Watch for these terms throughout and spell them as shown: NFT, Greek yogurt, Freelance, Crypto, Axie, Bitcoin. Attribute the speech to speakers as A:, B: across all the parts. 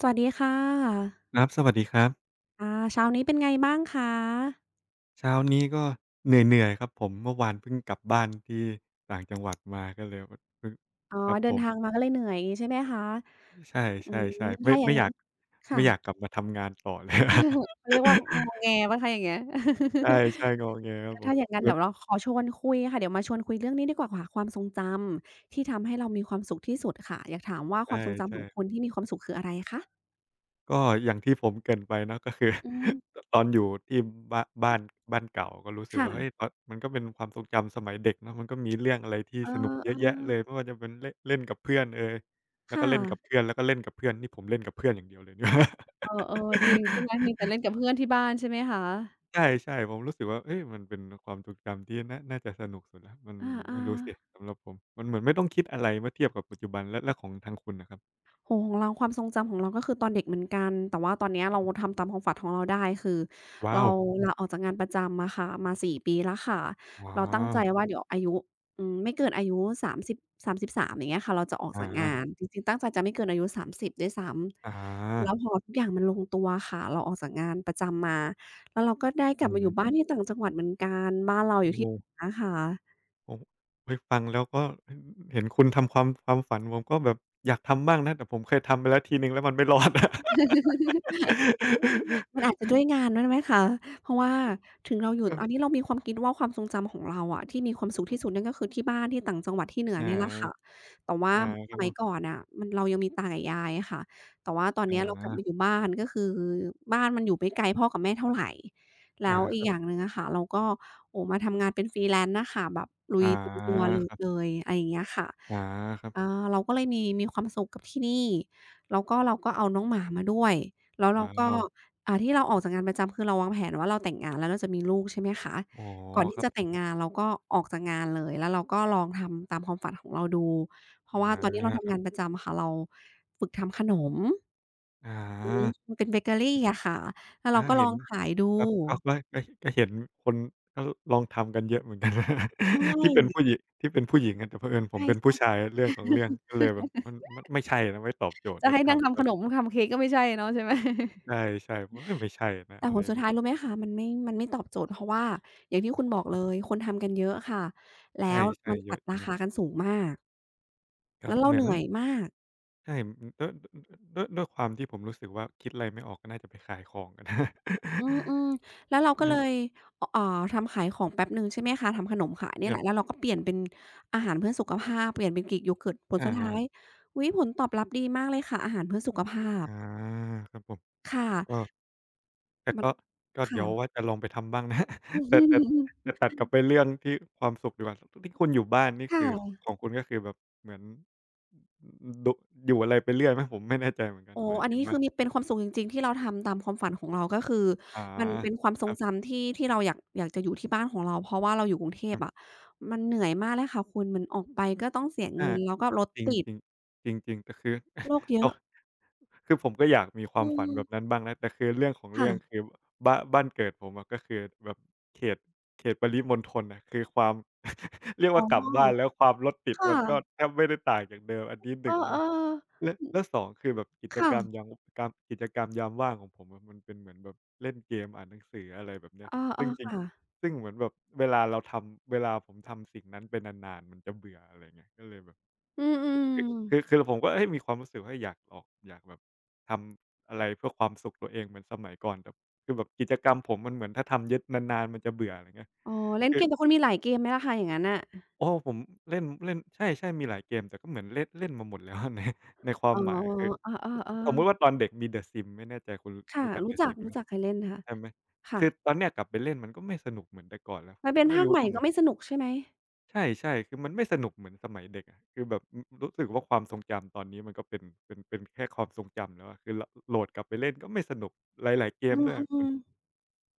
A: สวัสดีค่ะ
B: ครับสวัสดีครับ
A: อาเช้านี้เป็นไงบ้างคะ
B: เช้านี้ก็เหนื่อยๆครับผมเมื่อวานเพิ่งกลับบ้านที่ต่างจังหวัดมาก็เลยแบบเพิ่ง
A: อ๋อ
B: ครับ
A: เดิ
B: ผ
A: น
B: ม
A: ทางมาก็เลยเหนื่อยอย่างงี้ใช่ไหมคะ
B: ใช
A: อื
B: ่
A: ม
B: ๆๆไม่
A: ถ้าอย่า
B: ไม่
A: ง
B: อ
A: งั้
B: ยา
A: น
B: ก
A: ค่ะ
B: ไม่อยากกลับมาทำงานต่อเลย
A: เขาเรียกว่างอ แงเปล่าคะอย่างเงี้ย
B: ใช่ๆงอแงครับผ ม
A: ถ้าอย่างงั้
B: เห
A: น
B: มือน
A: เดี๋ยวเราขอชวนคุยค่ะเดี๋ยวมาชวนคุยเรื่องนี้ดีกว่าค่ะความทรงจำที่ทำให้เรามีความสุขที่สุดค่ะอยากถามว่า
B: ใ
A: ความทรงจำข
B: ช่
A: องคุ
B: ๆ
A: ณที่มีความสุขคืออะไรคะ
B: ก็อย่างที่ผมเกริ่นไปเนาะก็คือ
A: อืม
B: ตอนอยู่ที่บ้านบ้านบ้านเก่าก็รู้สึกว่าเฮ้ย
A: ค่ะ
B: ตอนมันก็เป็นความทรงจำสมัยเด็กเนาะมันก็มีเรื่องอะไรที่
A: เ
B: สนุกเยอะแยะ
A: ออ
B: เลยไม่ว่าจะเป็นเล่นเล่นกับเพื่อนเอย
A: ๆ
B: แล้วก็
A: ค่ะ
B: เล่นกับเพื่อนแล้วก็เล่นกับเพื่อนนี่ผมเล่นกับเพื่อนอย่างเดียวเลยเนี่ย
A: เออๆจริงใช่ไหมมี แต่เล่นกับเพื่อนที่บ้านใช่ไหมคะ
B: ใช่ใช่ๆผมรู้สึกว่าเฮ้ยมันเป็นความทรงจำที่น่าจะสนุกสุดแล้วมัน
A: อ
B: ไม่
A: าๆ
B: รู้สิสำหรับผมมันเหมือนไม่ต้องคิดอะไรเมื่อเทียบกับปัจจุบันและของทางคุณน่ะครับ
A: โอ้โฮของเราความทรงจำของเราก็คือตอนเด็กเหมือนกันแต่ว่าตอนเนี้ยเราทำตามความฝันของเราได้คือ
B: ว้า
A: เรา
B: ว
A: ลาออกจากงานประจำอะค่ะมาสี่ปีแล้วค่ะ
B: อ๋อ
A: เราตั้งใจว่าเดี๋ยวอายุอืมไม่เกินอายุสามสิบสามสิบสามอย่างเงี้ยค่ะเราจะออก
B: อา
A: จากงานจริงๆตั้งใจจะไม่เกินอายุสามสิบด้วยซ้
B: อ
A: ำแล้
B: า
A: วพอทุกอย่างมันลงตัวค่ะเราออกจากงานประจำมาแล้วเราก็ได้ก
B: อื
A: ลับมาอยู่บ้าน
B: ม
A: ที่ต่างจังหวัดเหมือนกันบ้านเราอยู่ที่ เหนือค่ะ
B: โอ้โฮเฮ้ยฟังแล้วก็เห็นเห็นคุณทำความฝันผมก็แบบอยากทำบ้างนะแต่ผมเคยทำไปแล้วทีหนึ่งแล้วมันไม่รอด
A: มันอาจจะด้วยงานด้วยไหมคะเพราะว่าถึงเราอยู่
B: เออ
A: อันนี้เรามีความคิดว่าความทรงจำของเราอะที่มีความสุขที่สุดนั่นก็คือที่บ้านที่ต่างจังหวัดที่เหนื อ
B: อา
A: เนี่ยแหละค่ะแต่ว่า
B: อาค
A: ส
B: รับผ
A: มัยก่อ
B: ม
A: นน่ะมันเรายังมีตากับยายอะค่ะแต่ว่าตอน
B: อ
A: เนี้ยเรากลับมาอ
B: า
A: ยู่บ้านก็คือบ้านมันอยู่ไม่ไกลพ่อกับแม่เท่าไร
B: อา
A: แล้ว
B: ค
A: อีก
B: รั
A: อย่าง
B: บ
A: หนึ่งอะค่ะเราก็โอ้โฮมาทำงานเป็น Freelance น่ะค่ะแบบลุ
B: อา
A: ยเต็มตัวล
B: ครั
A: เล
B: บ
A: ยอะไรอย่างเงี้ยค่ะ
B: อาครับ
A: อาเราก็เลยมีความสุขกับที่นี่แล้วก็เราก็เอาน้องหมามาด้วยแล้วเรา
B: ว้า
A: ก็
B: ว
A: อ่าที่เราออกจากงานประจำคือเราวางแผนว่าเราแต่งงานแล้วเราจะมีลูกใช่ไหมคะ
B: อ๋อ
A: ก่อน
B: ค
A: ที่
B: รับ
A: จะ
B: ผ
A: แต่ง
B: ม
A: งานเราก็ออกจากงานเลยแล้วเราก็ลองทำตามความฝันของเราดูเพราะ
B: อา
A: ว่าตอนที่เรา
B: ค
A: ทำ
B: รั
A: งาน
B: บ
A: ประจำอะค่ะเราฝึกทำขนม
B: อ
A: อืม
B: า
A: มันเป็นเบเกอรีอะค่ะแล้ว
B: อา
A: เราก็ล
B: เห็
A: อ
B: น
A: งขายดู
B: ครับอ้าวก็เห็นคนก็ลองทำกันเยอะเหมือนกัน
A: ใช่
B: ที่เป็นผู้หญิที่เป็นผู้หญิงอะแต่เผอิญผม
A: ใช่
B: เป็นผู้ชายเรื่องของเรื่องก็เลยแบบมันไม่ใช่นะไม่ตอบโจท
A: ๆ
B: ย์
A: จะ
B: แล้ว
A: ให้นั่ง
B: ทำก็
A: ทำขนมทำเค้กก็ไม่ใช่เนาะใช่ไหม
B: ใช่ๆผมว่าเฮ้ยไม่ใช่นะ
A: แต่
B: อะไร
A: ผล
B: อย่า
A: สุ
B: ง
A: ด
B: งี้
A: ท้ายรู้ไหมคะมันไม่ตอบโจทย์เพราะว่าอย่างที่คุณบอกเลยคนทำกันเยอะค่ะแล้
B: ใช
A: ว
B: ่
A: มัน
B: ๆเย
A: ตั
B: อะ
A: ด
B: จริ
A: รา
B: งครั
A: คา
B: บ
A: กันสูงมาก
B: ครับ
A: แล้วเรา
B: เหมื
A: เห
B: อน
A: นื่อยมาก
B: ใช่อือด้วยความที่ผมรู้สึกว่าคิดอะไรไม่ออกก็น่าจะไปขายของกัน
A: อืมๆแล้วเรา
B: อื
A: ก็
B: อ
A: เลยอเอ่อทำขายของแป๊บหนึ่งใช่ไหมคะทำขนมขายเนี่ย
B: ค
A: แห
B: รั
A: ละแล้
B: บ
A: วเราก็เปลี่ยนเป็นอาหารเพื่อสุขภาพเปลี่ยนเป็น Greek yogurt ผลสุดท้า
B: อา
A: ยอุ๊ยผลตอบรับดีมากเลยค่ะอาหารเพื่อสุขภาพ
B: อาครับผม
A: ค
B: ก็
A: ่ะ
B: แต่
A: มัน
B: ก็
A: ค่ะ
B: เดี๋ยวว่าจะลองไปทำบ้างนะ แต่แต่ แต่ตัดกลับไปเรื่องที่ความสุขดีกว่าที่คุณอยู่บ้านนี่คือ
A: ค่ะ
B: ของคุณก็คือแบบเหมือนอดอยู่อะไรไปเรื่อยไหมผมไม่แน่ใจเหมือนกัน
A: อ๋อ
B: หมาย
A: อัน
B: ถึง
A: นี้คื
B: ว่า
A: อมีเป็นความสุขจริงๆที่เราทำตามความฝันของเราก็คือ
B: อ๋อ
A: มันเป็นความท
B: ค
A: ร
B: รั
A: ง
B: บ
A: จำที่เราอยากจะอยู่ที่บ้านของเราเพราะว่าเราอยู่กรุงเท
B: ค
A: พ
B: รับ
A: อะมันเหนื่อยมากเลยค่ะคุณมันออกไปก็ต้องเสียเงิ
B: อา
A: นแล้วก็รถ
B: จริง
A: ติด
B: จริงจริงๆแต่คือ
A: โรคเย
B: เรา
A: อะ
B: คือผมก็อยากมีควา
A: อื
B: มฝันแบบนั้น
A: ม
B: บ้างนะแต่คือเรื่องของเรื่อง
A: ค่ะ
B: คือบ้านบ้านเกิดผมอะก็คือแบบเขตเขตปริมณฑลนะคือความ เรียก
A: อ๋อ
B: ว่ากลับบ้านแล้วความรถติด
A: ค
B: มันก็
A: ่ะ
B: แทบไม่ได้ต่างจากเดิมอันนี้ห
A: เอ
B: นึ่
A: อ
B: งใช่ไหม
A: ๆ
B: และแล้ว2คือแบบ
A: ค่ะ
B: กิจกรรมยามว่างของผมอะมันเป็นเหมือนแบบเล่นเกมอ่านหนังสืออะไรแบบเนี้ย
A: เออ
B: ซึ่งจ
A: ๆ
B: ริง
A: ค่ะ
B: ซึ่งเหมือนแบบเวลาผมทำสิ่งนั้นเป็นนานๆมันจะเบื่ออะไรเงี้ยก็เลยแบบ
A: อืม
B: คือ
A: ๆ
B: คือคผมก็เฮ้ยมีความรู้สึกว่าอยากออกอยากแบบทำอะไรเพื่อความสุขตัวเองเหมือนสมัยก่อนแต่คือแบบกิจกรรมผมมันเหมือนถ้าทำเยอะนานๆมันจะเบื่ออะไรเงี้ย
A: อ๋อเล่น
B: คื
A: เก
B: อ
A: มแต่คุณมีหลายเกมไหมล่ะคะอย่างงั้นน่ะ
B: โอ้ผมเล่นเล่นใช่ๆมีหลายเกมแต่ก็เหมือนเล่นเล่นมาหมดแล้ว ในความ
A: อ๋อ
B: หมายคือ
A: เออ
B: สม
A: ๆ
B: มุติว่าต
A: ๆ
B: อนเด็กมี The Sims ไม่แน่ใจคุณ
A: ค่ะ
B: รู้จัก
A: รู้
B: The
A: จัก
B: Sims ไหม
A: รู้จักเคยเล่นค่ะ
B: ใช่ไหม
A: ค่ะ
B: คือตอนเนี้ยกลับไปเล่นมันก็ไม่สนุกเหมือนแต่ก่อนแล้วผ
A: มัน
B: ม
A: เป็
B: ก็
A: น
B: ไม่
A: ภาค
B: รู้
A: ใหม่
B: ทำ
A: ก็
B: ไม
A: ไม่สนุกใช่ไหม
B: ใช่ๆคือมันไม่สนุกเหมือนสมัยเด็กอะคือแบบอือรู้สึกว่าความทรงจำตอนนี้มันก็เป็นแค่ความทรงจำแล้วอะคือเราโหลดกลับไปเล่นก็ไม่สนุกหลายๆเก
A: อื
B: มด้วยอะคุณ
A: ม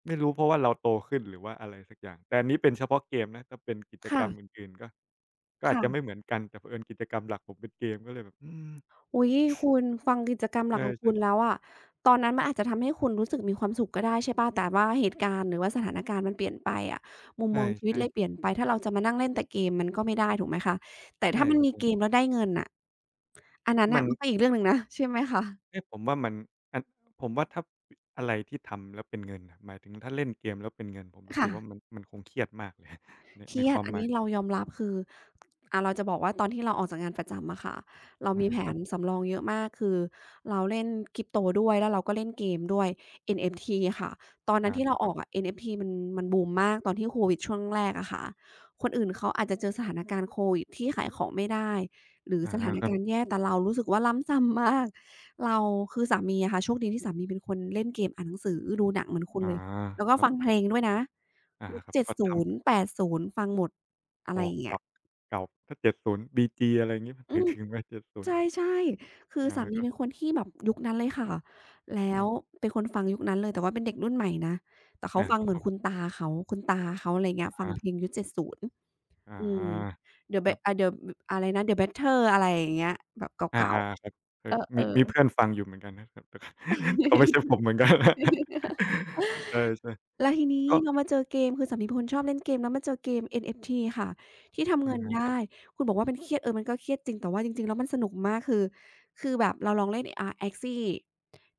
B: ไม่รู้เพราะว่าเราโตขึ้นหรือว่าอะไรสักอย่างแต่อันนี้เป็นเฉพาะเกมนะถ้าเป็นกิจ
A: ๆ
B: กรรมอ
A: ค่ะ
B: ื่นๆก็ก็อาจจะไม่
A: ค่ะ
B: เหมือนกันแต่เผอิญกิจกรรมหลักผมเป็นเกมก็เลยแบบอืม
A: อุ๊ยคุณฟังกิจกรรมห
B: เอ
A: ลั
B: อ
A: กของคุณ
B: ใช
A: แล้วอะตอนนั้นมันอาจจะทำให้คุณรู้สึกมีความสุขก็ได้ใช่เปล่าแต่ว่าเหตุการณ์หรือว่าสถานการณ์มันเปลี่ยนไปอะมุม
B: ่
A: มองชีวิ
B: ใช่
A: ตเลยเปลี่ยน
B: ๆ
A: ไป ถ้าเราจะมานั่งเล่นแต่เกมมันก็ไม่ได้ถูกไหมคะแต่
B: ใช
A: ถ้ามันมีเก
B: ่
A: มแล้วได้เงินน่ะอันนั้น
B: ๆมั
A: น่ะ
B: น
A: มันก็อีกเรื่องหนึ่งนะใช่ไหมคะ
B: เอ๊ะผมว่ามันอันผมว่าถ้าอะไรที่ทำแล้วเป็นเงินน่ะหมายถึงถ้าเล่นเกมแล้วเป็นเงินผมรู้สึกว่ามั
A: ค่ะ
B: นมันคงเครียดมากเลย ใน
A: เค
B: ใน
A: รีย
B: ค
A: ด
B: วาม
A: อัน
B: หมา
A: นี้เรา
B: ย
A: ยอมรับคืออ่าเราจะบอกว่าตอนที่เราออกจากงานประจำอะค่ะเรา
B: อา
A: มีแผ
B: ครับ
A: นสำรองเยอะมากคือเราเล่น Crypto ด้วยแล้วเราก็เล่นเกมด้วย NFT ค่ะตอนนั้
B: อา
A: นที่เรา
B: ค
A: อ
B: รั
A: อ
B: บ
A: กอะ NFT มันบูมมากตอนที่โควิดช่วงแรกอะค่ะคนอื่นเขาอาจจะเจอสถานการณ์โควิดที่ขายของไม่ได้หรือ
B: อา
A: สถาน
B: ครั
A: การ
B: บ
A: ณ์แย่แต่เรารู้สึกว่าล้ำซ้ำมากเราคือสามีอะค่ะโชคดีที่สามีเป็นคนเล่นเกมอ่านหนังสือดูหนังเหมือนคุณ
B: อา
A: เลย แล้วก็
B: ครับ
A: ฟัง
B: ผ
A: เพลง
B: ม
A: ด้วยนะ
B: อา
A: ยุค
B: ครับก็ท
A: 70 80ฟังหมดอะ
B: ำอ
A: ไร
B: อ
A: อ
B: ก
A: ย่างเงี้ย
B: เก่าเก่าถ้า70 BG อะไรงี้
A: อื
B: ถึง
A: ม
B: ถึงไหม 70?
A: ใช่ๆคือ
B: อา
A: สามี
B: ครับ
A: เป็นคนที่แบบยุคนั้นเลยค่ะแล้
B: ครั
A: ว
B: บ
A: เป็นคนฟังยุคนั้นเลยแต่ว่าเป็นเด็กรุ่นใหม่นะแต่เขา
B: อา
A: ฟั
B: ค
A: ง
B: รับ
A: เหมื
B: ผ
A: อนคุณ
B: ม
A: ตาเขาคุณตาเขาอะไรอย่างเงี้ยฟัง
B: อา
A: เพลงยุคเจ็ดศูนย์
B: อ
A: อืม
B: า
A: The
B: ค
A: Be
B: รับ
A: The อะไรนะ The Beatles อะไรอย่างเงี้ยแบบ
B: อา
A: เก่า
B: ๆครับเอ
A: ๆ
B: อ
A: เอ
B: มี
A: อ
B: มีเพื่อ
A: ๆ
B: นฟังอยู่เหมือนกันนะครับแต่แต่ก็ไม่ใช่ผมเหมือนกัน ใช่
A: แล้วทีนี้
B: ๆก็
A: เรามาเจอเกมคือสามีเป็นคนชอบเล่นเกมแล้วมาเจอเกม NFT ค่ะที่ทำเงินได้
B: อา
A: คุณบอกว่ามันเครียดเออมันก็เครียดจริงแต่ว่าจริงๆแล้วมันสนุกมากคือคือแบบเราลองเล่นAxie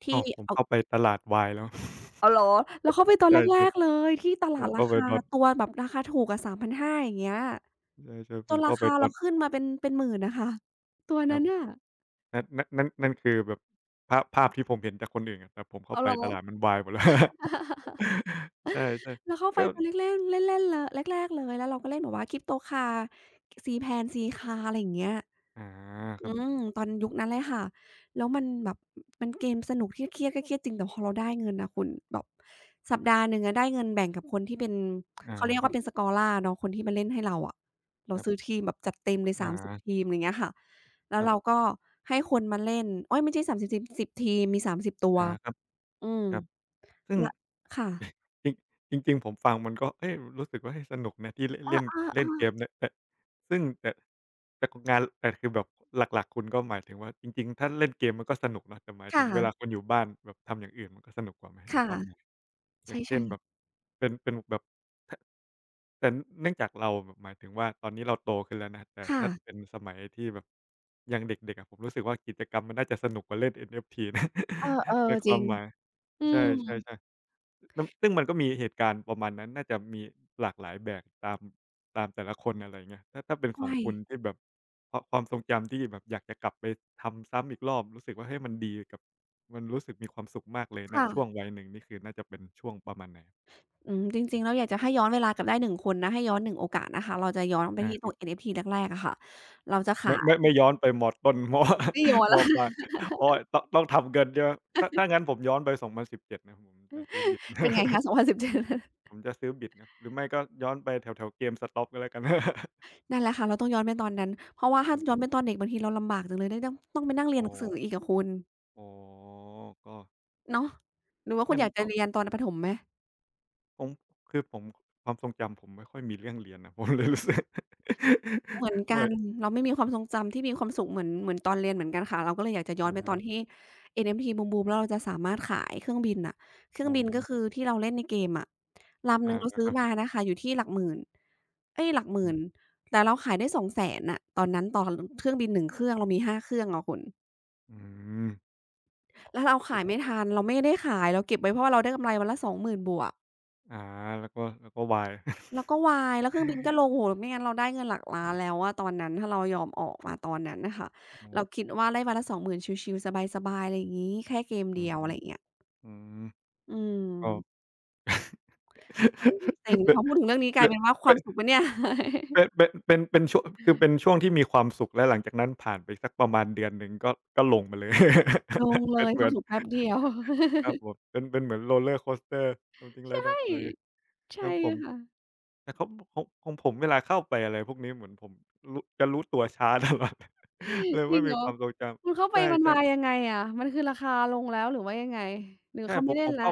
A: ที่
B: อ้าวผม
A: เอา
B: เข้าไปตลาดวายแล้ว
A: อ้าวเหรอเราเข้าไปต อน
B: ใช่
A: แรกๆเลยที่ต
B: ๆผ
A: ลาด
B: ม
A: รา
B: เข้าไป
A: คา
B: ดอน
A: ตัวแบบราคาถูกอะ3,500อย่างเงี้ย
B: ใช่ๆผ
A: จ
B: ม
A: นรา
B: เข้าไป
A: คา
B: ตอ
A: เรา
B: น
A: ขึ้นมาเป็น1 0 0 0นอะค่ะตัว
B: ครับ
A: นั้นน่ะ
B: นั่นคือแบบภาพที่ผมเห็นจากคนอื่นอะแต่ผมเข้า
A: อ้าว
B: ไป
A: เหรอ
B: ตลาดมันวายหมดแล้ว ใช่
A: เรา เข้า
B: ๆ
A: ไป
B: ก็
A: ตอนแรกๆเล่นๆเลยแรกๆเลยแล้วเราก็เล่นแบบว่า c r y p t o c u r n c ซีแพนซีคาอะไรอย่างเงี้ย
B: อาครั
A: อื
B: บ
A: มตอนยุคนั้นเลยค่ะ แล้วมันแบบมันเกมสนุกที่เครียดก็เครียดจริงแต่พอเราได้เงินน่ะคุณแบบสัปดาห์หนึ่งอะได้เงินแบ่งกับคนที่เป็น
B: อา
A: เขาเรียก
B: ครั
A: ว่า
B: บ
A: เป็น Scholar เนาะคนที่มาเล่นให้เราอะเรา
B: ครั
A: ซื้อ
B: บ
A: ทีมแบบจัดเต็มเลย30
B: อา
A: ทีมอย่างเงี้ยค่ะแล้
B: ค
A: ว
B: รั
A: เรา
B: บ
A: ก็ให้คนมาเล่นโอ๊ยไม่ใช่30ทีมสิบทีมมี30ตัว
B: อาครับ
A: อืม
B: ครับ ซึ่ง
A: ละค่ะ
B: จริงจริงๆผมฟังมันก็เฮ้ยรู้สึกว่าเฮ้ยสนุกนะที่เล่น
A: อ
B: เล่น
A: า
B: เล่นเก
A: ๆๆ
B: มเนี่ยแต่ซึ่งแต่แต่ของงานแต่คือแบบหลักๆคุณก็หมายถึงว่าจริงๆถ้าเล่นเกมมันก็สนุกเนาะแต่หมาย
A: ค
B: ถึงเวลาคุ
A: ่ะ
B: ณอยู่บ้านแบบทำอย่างอื่นมันก็สนุกกว่าไหม
A: ค
B: ในความหมาย
A: ่ะ
B: อ
A: ใช
B: ย่างเช่
A: ่
B: นแบบ
A: ๆ
B: เป็นแบบถแต่เนื่องจากเราแบบหมายถึงว่าตอนนี้เราโตขึ้นแล้วนะแต่
A: ค่ะ
B: ถ้าเป็นสมัยที่แบบยังเด็กๆอะผมรู้สึกว่ากิจกรรมมันน่าจะสนุกกว่าเล่น NFT นะ
A: เออ
B: ในค
A: ๆจ
B: วา
A: ริ
B: ม
A: ง
B: หมาย
A: อื
B: ใช
A: ม
B: ่ๆๆ ซึ่งมันก็มีเหตุการณ์ประมาณนั้นน่าจะมีหลากหลายแบบตามแต่ละคนอะไรเงี้ยถ้าเป็นข
A: ใช่
B: องคุณที่แบบความทรงจำที่แบบอยากจะกลับไปทำซ้ำอีกรอบรู้สึกว่าเฮ้ยมันดีกับมันรู้สึกมีความสุขมากเลยณ
A: ค่ะ
B: ช่วงวัยหนึ่งนี่คือน่าจะเป็นช่วงประมาณไหน
A: อืมจริงๆแล้วอยากจะให้ย้อนเวลากลับได้หนึ่งคนนะให้ย้อนหนึ่งโอกาสนะคะเราจะย้อนไปที่ตร
B: อา
A: ง NFT แรกๆอะค่ะเราจะขา
B: ไม่
A: ย
B: ไม่ย้อนไปมต้น
A: ไม่ย้อน
B: ม
A: แล้ว
B: ปลายอ๋อต้องทำเงินใช่ไหมถ้างั้นผมย้อนไป2017นสิบเจ็ดนะผมจะซื้อบิต
A: เป็นไงคะสองพันสิบเจ็ด
B: ผ มจะซื้อบิตครับหรือไม่ก็ย้อนไปแถวๆ GameStop ก็แล้วกัน
A: นั่นแหละค่ะเราต้องย้อนไปตอนนั้นเพราะว่าถ้า
B: อื
A: ย้อนไป
B: ม
A: ตอนเด็กบางทีเราลำบากจังเลยได้ต้องต้องไปนั่งเรีย
B: อ๋
A: น
B: อ
A: หนังสืออีกอะคุณ
B: อ๋อก็
A: เนาะหรือว่าคุ
B: มั
A: ณ
B: น
A: อยากจะ
B: ก็
A: เรียนตอนประถมไหม
B: ผมคือผมความทรงจำผมไม่ค่อยมีเรื่องเรียนนะ ผมเลยรู้สึก
A: เหมือน กั
B: ไม่
A: นเราไม่มีความทรงจำที่มีความสุขเหมือนเหมือนตอนเรียนเหมือนกันค่ะเราก็เลยอยากจะย้อนไปตอน
B: อา
A: ที่ NMT บูมๆแล้วเราจะสามารถขายเครื่องบินน่ะเครื่อ
B: อ๋อ
A: งบินก็คือที่เราเล่นในเกมอะลำห
B: อา
A: นึ่งเรา
B: ค
A: ซื้อ
B: รับ
A: มานะคะอยู่ที่หลักหมื่นเอ๊ยหลักห
B: อื
A: มื่น
B: ม
A: แต่เราขายได้สองแสนน่ะตอนนั้นตอนเครื่องบินหนึ่งเครื่องเรามีห้าเครื่องอะคุณ
B: อืม
A: แล้วเราขายไม่ทันเราไม่ได้ขายเราเก็บไว้เพราะว่าเราได้กำไรวันละสองหมื่นบวก
B: อาแล้วก็วาย
A: แล้วก็วายแล้วเครื่องบินก็ลงโอ้โฮไม่งั้นเราได้เงินหลัก
B: โอ้
A: ล้านแล้วอะตอนนั้นถ้าเรายอมออกมาตอนนั้นน่ะค่ะเรา
B: โฮ
A: คิดว่าได้วันละสองหมื่นชิลๆสบายๆอะไรอย่างงี้แค่เกม
B: อืม
A: เดียวอะไรอย่างเงี้ย
B: อืม
A: อื
B: ก็
A: ม เซ็ง
B: เป็
A: พ
B: น
A: อพูดถึงเรื่องนี้กลายเป็นว่าควา
B: เป็
A: ม
B: น
A: สุขปะเนี่ย
B: เป็ นเป็นเป็นเป็นเป็นช่วงคือเป็นช่วงที่มีความสุขและหลังจากนั้นผ่านไปสักประมาณเดือนหนึ่งก็ลงมาเลย
A: ลง เล
B: เป็น
A: ย
B: เห
A: ค
B: มือ
A: วาม
B: น
A: สุขแป๊บเดียว
B: ครับผ มเป็นเหมือน roller coaster something like that
A: ใช่
B: เลย ค
A: ใช่
B: รับผม
A: ค่ะ
B: แต่เขาของผมเวลาเข้าไปอะไรพวกนี้เหมือนผมรู้จะรู้ตัวช้า ตลอดเลย
A: จริ
B: ไม่
A: ง
B: มี
A: เหรอ
B: ความทรงจ
A: คุณเข้า
B: ำ
A: ไป
B: ใช
A: มัน
B: ่
A: มายังไงอะมันคือราคาลงแล้วหรือว่ายังไงหรือ
B: ๆใช่
A: เขา
B: ผ
A: ไม่
B: ม
A: เล่
B: ผ
A: น
B: ม
A: แล้ว
B: เข้า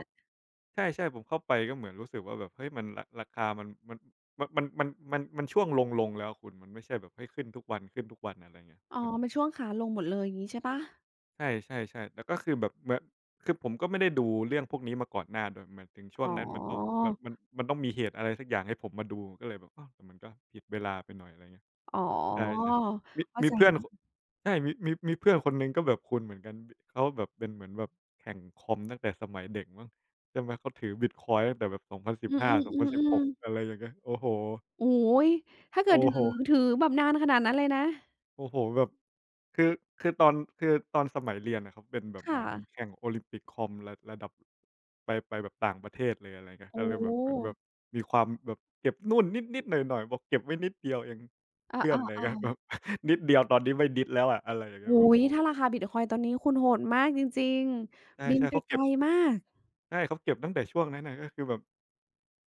B: ใช่ๆผมเข้าไปก็เหมือนรู้สึกว่าแบบเฮ้ยมันราคามันช่วงลงๆแล้วอะคุณมันไม่ใช่แบบให้ขึ้นทุกวันขึ้นทุกวันอะไรเงี้ย
A: อ๋อ
B: ครับ
A: มันช่วงขาลงหมดเลยอย่างงี้ใช่เปล่า
B: ใช่ๆๆแล้วก็คือแบบเหมือนคือผมก็ไม่ได้ดูเรื่องพวกนี้มาก่อนหน้าด้วยหมายถึงช่ว
A: อ๋
B: ง
A: อ
B: นั้นมันต้องมันต้องมีเหตุอะไรสักอย่างให้ผมมาดูก็เลยแบบอ้าวแต่มันก็ผิดเวลาไปหน่อยอะไรเงี้ย
A: อ๋อ
B: ใช่ๆมี
A: เข้า
B: มี
A: ใจ
B: เพื่อนคใช่มีเพื่อนคนหนึ่งก็แบบคุณเหมือนกันเขาแบบเป็นเหมือนแบบแข่งคอมตั้งแต่สมัยเด็กมั้งใช่ไหมเขาถือบิตคอยน์ตั้งแต่แบบ
A: อื
B: 2015
A: ม
B: 2016
A: ๆๆ
B: องพันสิบหกอะ
A: ๆ
B: ไรอย่างเงี้ยโอ้โฮ
A: โอ้โฮถ้าเกิด
B: โอ้
A: ถือ
B: โฮ
A: ถือแบบนานขนาดนั้นเลยนะ
B: โอ้โฮแบบคือคือตอนคือตอนสมัยเรียนอะครับเป็นแบบห
A: ค่ะ
B: มายถึงแข่งโอลิมปิกคอมระดับไปแบบต่างประเทศเลยอะไรเงี้ยก็
A: โอ้
B: เลย
A: โฮ
B: แบบเหมือนแบบมีความแบบเก็บนู่นนิดๆหน่อยๆบอกเก็บไว้นิดเดียวเอง
A: อ
B: เพื่อน
A: า
B: อะไรเงี้ยแบ
A: ๆ
B: บ นิดเดียวตอนนี้ไม่นิดแล้วอะอะไรอย่าง
A: ๆ
B: เงี้
A: โอ้
B: ยแบบ
A: โฮ
B: โอ้โฮ
A: ถ้าราคาบิตคอยน์ตอนนี้คุณโหดมากจริง
B: ใช
A: ๆบิน
B: ่ๆ
A: ไปไกลมาก
B: เขาเก็บตั้งแต่ช่วงนั้นน่ะก็คือแบบ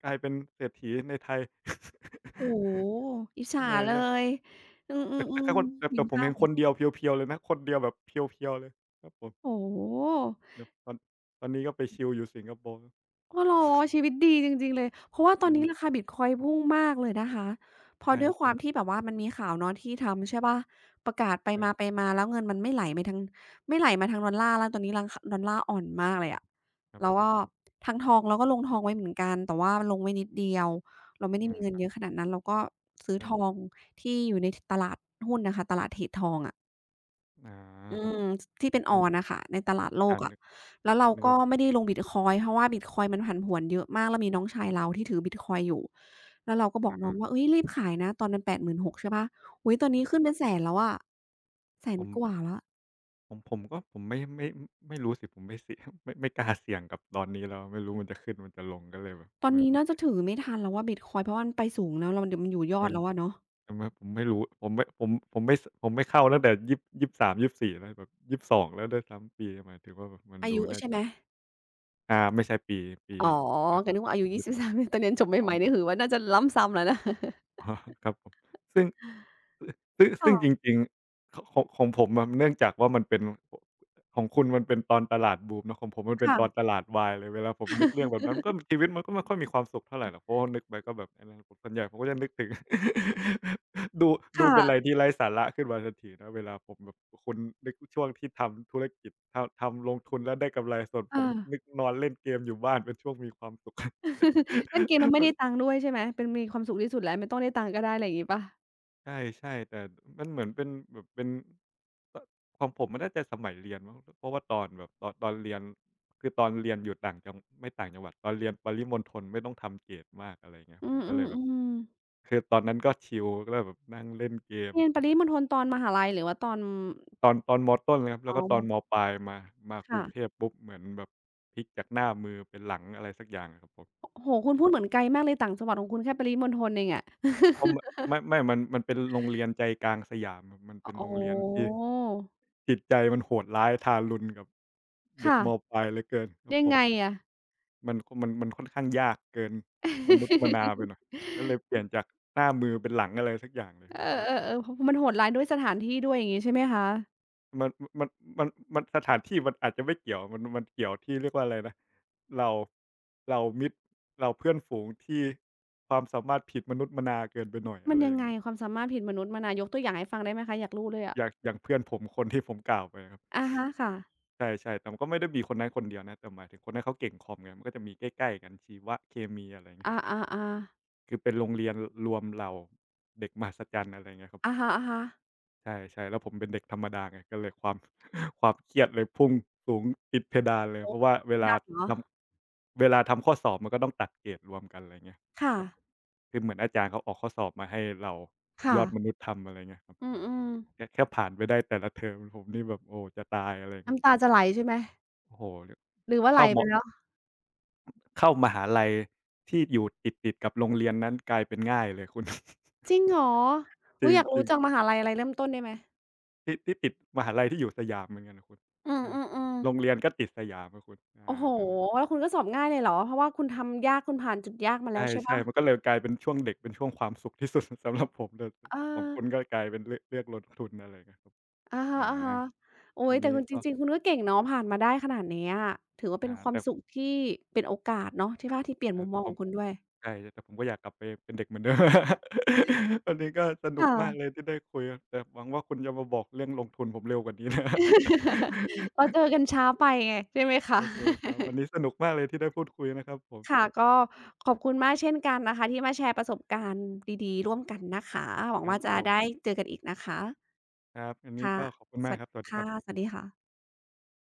B: กลายเป็นเศรษฐีในไทย
A: โอ้โฮอิจฉา
B: ใช
A: เล
B: ่ๆ
A: ย อื
B: แต่
A: ม
B: แต่
A: ๆ
B: แต่
A: ๆเห็
B: แต่
A: น
B: ผม
A: ภา
B: เห็
A: พ
B: นค
A: เล
B: นเดี
A: ย
B: ยวเพียวๆเลยนะคนเดียวแบบเพียวๆเลยครับผม
A: โอ้โฮ
B: เนาะตอนนี้ก็ไปชิลอยู่สิงคโปร์
A: อ้อเหรอชีวิตดีจริงๆเลยเพราะว่าตอน
B: อื
A: นี้
B: ม
A: ราคาบิตคอยน์พุ่งมากเลยนะคะเพอ
B: ใช่
A: ด้วย
B: ๆค
A: ค
B: รั
A: วา
B: บ
A: มที่แบบว่ามันมีข่าวเนาะที่ทำใช่เปล่าประกาศไปมาไป
B: ใช่
A: มาแล้วเงินมันไม่ไหลไปทางไม่ไหลมาทางดอลลาร์แล้วตอนนี้รังคดอลลาร์อ่อนมากเลย
B: อืม
A: อะ
B: ครับ
A: แล้ว
B: ก็
A: ก็ทางทองเราก็ลงทองไว้เหมือนกันแต่ว่าลงไว้นิดเดียวเราไม่ได้
B: อา
A: มีเงิ
B: ค
A: น
B: รั
A: เย
B: บ
A: อะขนาดนั้นเราก็ซื้อ
B: ครั
A: ทอ
B: บ
A: งที่อยู่ในทตลาดหุ้นน่ะค่ะตลาดเทรดทองอะ
B: อา
A: อื
B: ครับ
A: มที่เป็นอ
B: ก็
A: อนน่ะค่ะในตลาดโล
B: อ่า
A: ก
B: น
A: อะ
B: นึก
A: แล้วเรา
B: นึกอ
A: ก็
B: อก
A: ไม่ได้ลงบิตคอยน์เพราะว่าบิตคอยน์มันผันผวนเยอะมากแล้วมีน้องชายเราที่ถือบิตคอยน์อยู่แล้วเราก็บอกน้อ
B: อา
A: งว่าเฮ้ยรีบขายนะตอนนั้นแปดหมื่นหกใช่เปล่าอุ๊ยตอนนี้
B: อา
A: ขึ้น
B: ค
A: เป็
B: รั
A: น
B: บ
A: แสนแล้วอะแส
B: ผ
A: น
B: ม
A: กว่าแล้ว
B: ผมผมก็ผมไม่ไม่ไม่รู้สิผมไม่เสี่ย งไม่กล้าเสี่ยงกับตอนนี้แล้วไม่รู้มันจะขึ้นมันจะลงก็เลยแบบ
A: ตอนนี้
B: ไม่
A: น่าจะถือไม่ทันแล้วอะบิตคอยน์เพราะว่ามันไปสูงแล้วแล้วมันเดี๋ยวมันอยู่ยอ
B: มั
A: ด
B: น
A: แล้วอะเนาะ
B: มันผมไม่รู้ผมไม่ผมผมไม่สผมไม่เข้าตั้งแต่ยี่บยี่บ3ี่บสี่แล้วแบบยี่บสองแล้วด้วยซ้ำปีหมายถึงว่าแบบมัน
A: อา
B: ดู
A: ยุ
B: น่า
A: ใช่
B: จะ
A: ไหม
B: อ่าไม่ใช่ปีปี
A: อ๋อ
B: เอ่อ
A: ก็นึกว่าอายุ23ตอนเรียนจบให
B: 2
A: ม่ๆนี่ถือว่าน่าจะล้ำซ้ำแล้วนะ
B: อ๋อครับผมซึ่งซึ่งจ
A: ค่ะ
B: ริงๆของผมอะเนื่องจากว่ามันเป็นของคุณมันเป็นตอนตลาดบูมเนาะของผมมันเป็นตอนต
A: ค่ะ
B: ลาดวายเลยเวลาผมนึกเรื่องแบบนั้นมันก็ชีวิตมันก็ไม่ค่อยมีความสุขเท่าไรหรอกเพราะว่านึกไปก็แบบไอ้นั่นผมส่วนใหญ่ผมก็จะนึกถึง ดูดูเป็นอะไร
A: ค่ะ
B: ที่ไร้สาระขึ้นมาทันทีนะเวลาผมแบบคุณนึกช่วงที่ทำธุรกิจทำลงทุนแล้วได้กำไรส่วนผ
A: เอ
B: ม
A: อ
B: นึกนอนเล่นเกมอยู่บ้านเป็นช่วงมีความสุข
A: เล่นเกมแล้ว ไม่
B: มัน
A: ได้ตังค์ด้วยใช่ไหมเป็นมีความสุขที่สุดแล้วไม่ต้องได้ตังค์ก็ได้อะไรอย่างงี้เปล่า
B: ใช่ๆแต่มันเหมือนเป็นแบบเป็นตของผมมันน่าจะสมัยเรียนมั้งเพราะว่าตอนแบบตอนตอนเรียนคือตอนเรียนอยู่ต่างจังหวัดตอนเรียนปริมณฑลไม่ต้องทำเกรดมากอะไรอย่างเงี้ย
A: อื
B: ผมก็เลยแบบ
A: มๆ
B: คือตอนนั้นก็ชิลก็แบบนั่งเล่นเก
A: ๆ
B: ม
A: เรียนปริมณฑลตอนมหาลัยหรือว่าตอน
B: ตอนมต้นเลยครับแล้
A: อ๋
B: วก็ตอนม
A: อ
B: ปลายมามากรุ
A: ค่ะ
B: งเทพปุ๊บเหมือนแบบพลิกจากหน้ามือเป็นหลังอะไรสักอย่างอะครับผม
A: โอ้โฮคุณพูดเหมือนไกลมากเลยต่างจังหวัดของคุณแค่ปริมณฑลเองอะ
B: เพราะมันไม่ไม่มันมันเป็นโรงเรียนใจกลางสยามมันเป็น
A: อ๋อ
B: โรงเรียนที่ จิตใจมันโหดร้ายทารุณกับเด็กม
A: ค่ะ
B: ปลายเหลือเกินครับ
A: ยั
B: ผ
A: ง
B: ม
A: ไงอะ
B: มันมันค่อนข้างยากเกินมนุษย์มนาไปหน่อย ก็เลยเปลี่ยนจากหน้ามือเป็นหลังอะไรสักอย่างเลย
A: เอ
B: เออ
A: อๆๆพมันโหดร้ายด้วยสถานที่ด้วยอย่างงี้ใช่ไหมคะ
B: มันมันมันมันสถานที่มันอาจจะไม่เกี่ยวมันเกี่ยวที่เรียกว่าอะไรนะเราเรามิตรเราเพื่อนฝูงที่ความสามารถผิดมนุษย์มนาเกินไปหน่อย
A: มั
B: อะ
A: น
B: ไร
A: ยังไงความสามารถผิดมนุษย์มันอะยกตัวอย่างให้ฟังได้ไหมคะอยากรู้เลยอะ
B: อย่างเพื่อนผมคนที่ผมกล่าวไปอะครับ
A: อะฮะค่ะ
B: ใช่ๆแต่มันก็ไม่ได้มีคนนั้นคนเดียวนะแต่หมายถึงคนนั้นเขาเก่งคอมไงมันก็จะมีใกล้ๆกันชีวะเคมีอะไรเงี้ย
A: อาๆๆ
B: คือเป็นโรงเรียนรวมเหล่าเด็กมหัศจรรย์อะไรเงี้ยครับ
A: อะฮะๆ
B: ใช่ๆแล้วผมเป็นเด็กธรรมดาไงก็เลยความ ความเครียดเลยพุ่งสูงติดเพดานเลย
A: โอ้
B: เพราะว่า
A: โฮกดดันเหรอ
B: ทเวลาทำข้อสอบมันก็ต้องตัดเกรดรวมกันอะไรเงี้ย
A: ค่ะ
B: ครับคือเหมือนอาจารย์เขาออกข้อสอบมาให้เราย
A: ค่ะ
B: อดมนุษย์ทำอะไรเงี้ยครับ
A: อืม
B: แค่ผ่านไปได้แต่ละเทอมผมนี่แบบโอ้จะตายอะไร
A: ๆ
B: เงี้ย
A: น้ำตาจะไหลใช่ไหม
B: โอ้โฮ
A: หรือว่าไหล
B: เข้าม
A: ไปแล้ว
B: เข้ามหาลัยที่อยู่ติดๆกับโรงเรียนนั้นกลายเป็นง่ายเลยคุณ
A: จริงเหรอ
B: จ
A: อุ๊ยอยากรู้
B: ริง
A: จั
B: ๆ
A: งมหาลัยอะไรเริ่มต้นได้ไหม
B: ที่ติดมหาลัยที่อยู่สยามเหมือนกันอะคุณ
A: อื
B: เออ
A: มๆ
B: โรงเรีย
A: ๆ
B: นก็ติดสยามอะคุณ
A: โอ้
B: อา
A: โฮ
B: นั่นแหละ
A: แล้วคุณก็สอบง่ายเลยเหรอ เพราะว่าคุณทำยากคุณผ่านจุดยากมา
B: ใ
A: แล้วใช่เป
B: ช่
A: ล่า
B: ๆมันก็เลยกลายเป็นช่วงเด็กเป็นช่วงความสุขที่สุด สำหรับผมแต่
A: เอ
B: ของ
A: อ
B: คุณก็กลายเป็นเลือกลดทุนอะไรเงี้ยครับ
A: อะฮ
B: อา
A: ะๆ
B: ต
A: โอ๊
B: อ
A: ย
B: น
A: แต่
B: นี้
A: คุณจ
B: ก็
A: ริงๆคุณก็เก่งเนาะผ่านมาได้ขนาดเนี้ยถือว่าเป็
B: อา
A: นความ
B: แต่
A: สุขที่เป็นโอกาสเนาะที่ว่าที่เปลี่ยน
B: อา
A: มุมม
B: แต่
A: อง
B: ผ
A: ข
B: ม
A: องคุณด้วย
B: ใช่แต่ผมก็อยากกลับไปเป็นเด็กเหมือน เดิม วันนี้ก็สนุกมากเล
A: ค่ะ
B: ยที่ได้คุยแต่หวังว่าคุณจะมาบอกเรื่องลงทุนผมเร็วกว่านี้นะ
A: เรา เจอกันช้าไปไงใช่ไหมคะ
B: โอเคครับวัน นี้สนุกมากเลยที่ได้พูดคุยนะครับผม
A: ค่ะก็ขอบคุณมากเช่นกันนะคะที่มาแชร์ประสบการณ์ดีๆร่วมกันนะคะหวั
B: ค
A: ง
B: รับ
A: ว่า
B: ผ
A: จะได้
B: ม
A: เจอกันอีกนะคะ
B: ครับอันนี้
A: ค่ะ
B: ก็ขอบคุณ
A: ส
B: มาก
A: วัส
B: ครับสวัสดีค
A: ค่ะ
B: รับ
A: สวัสดีค่ะ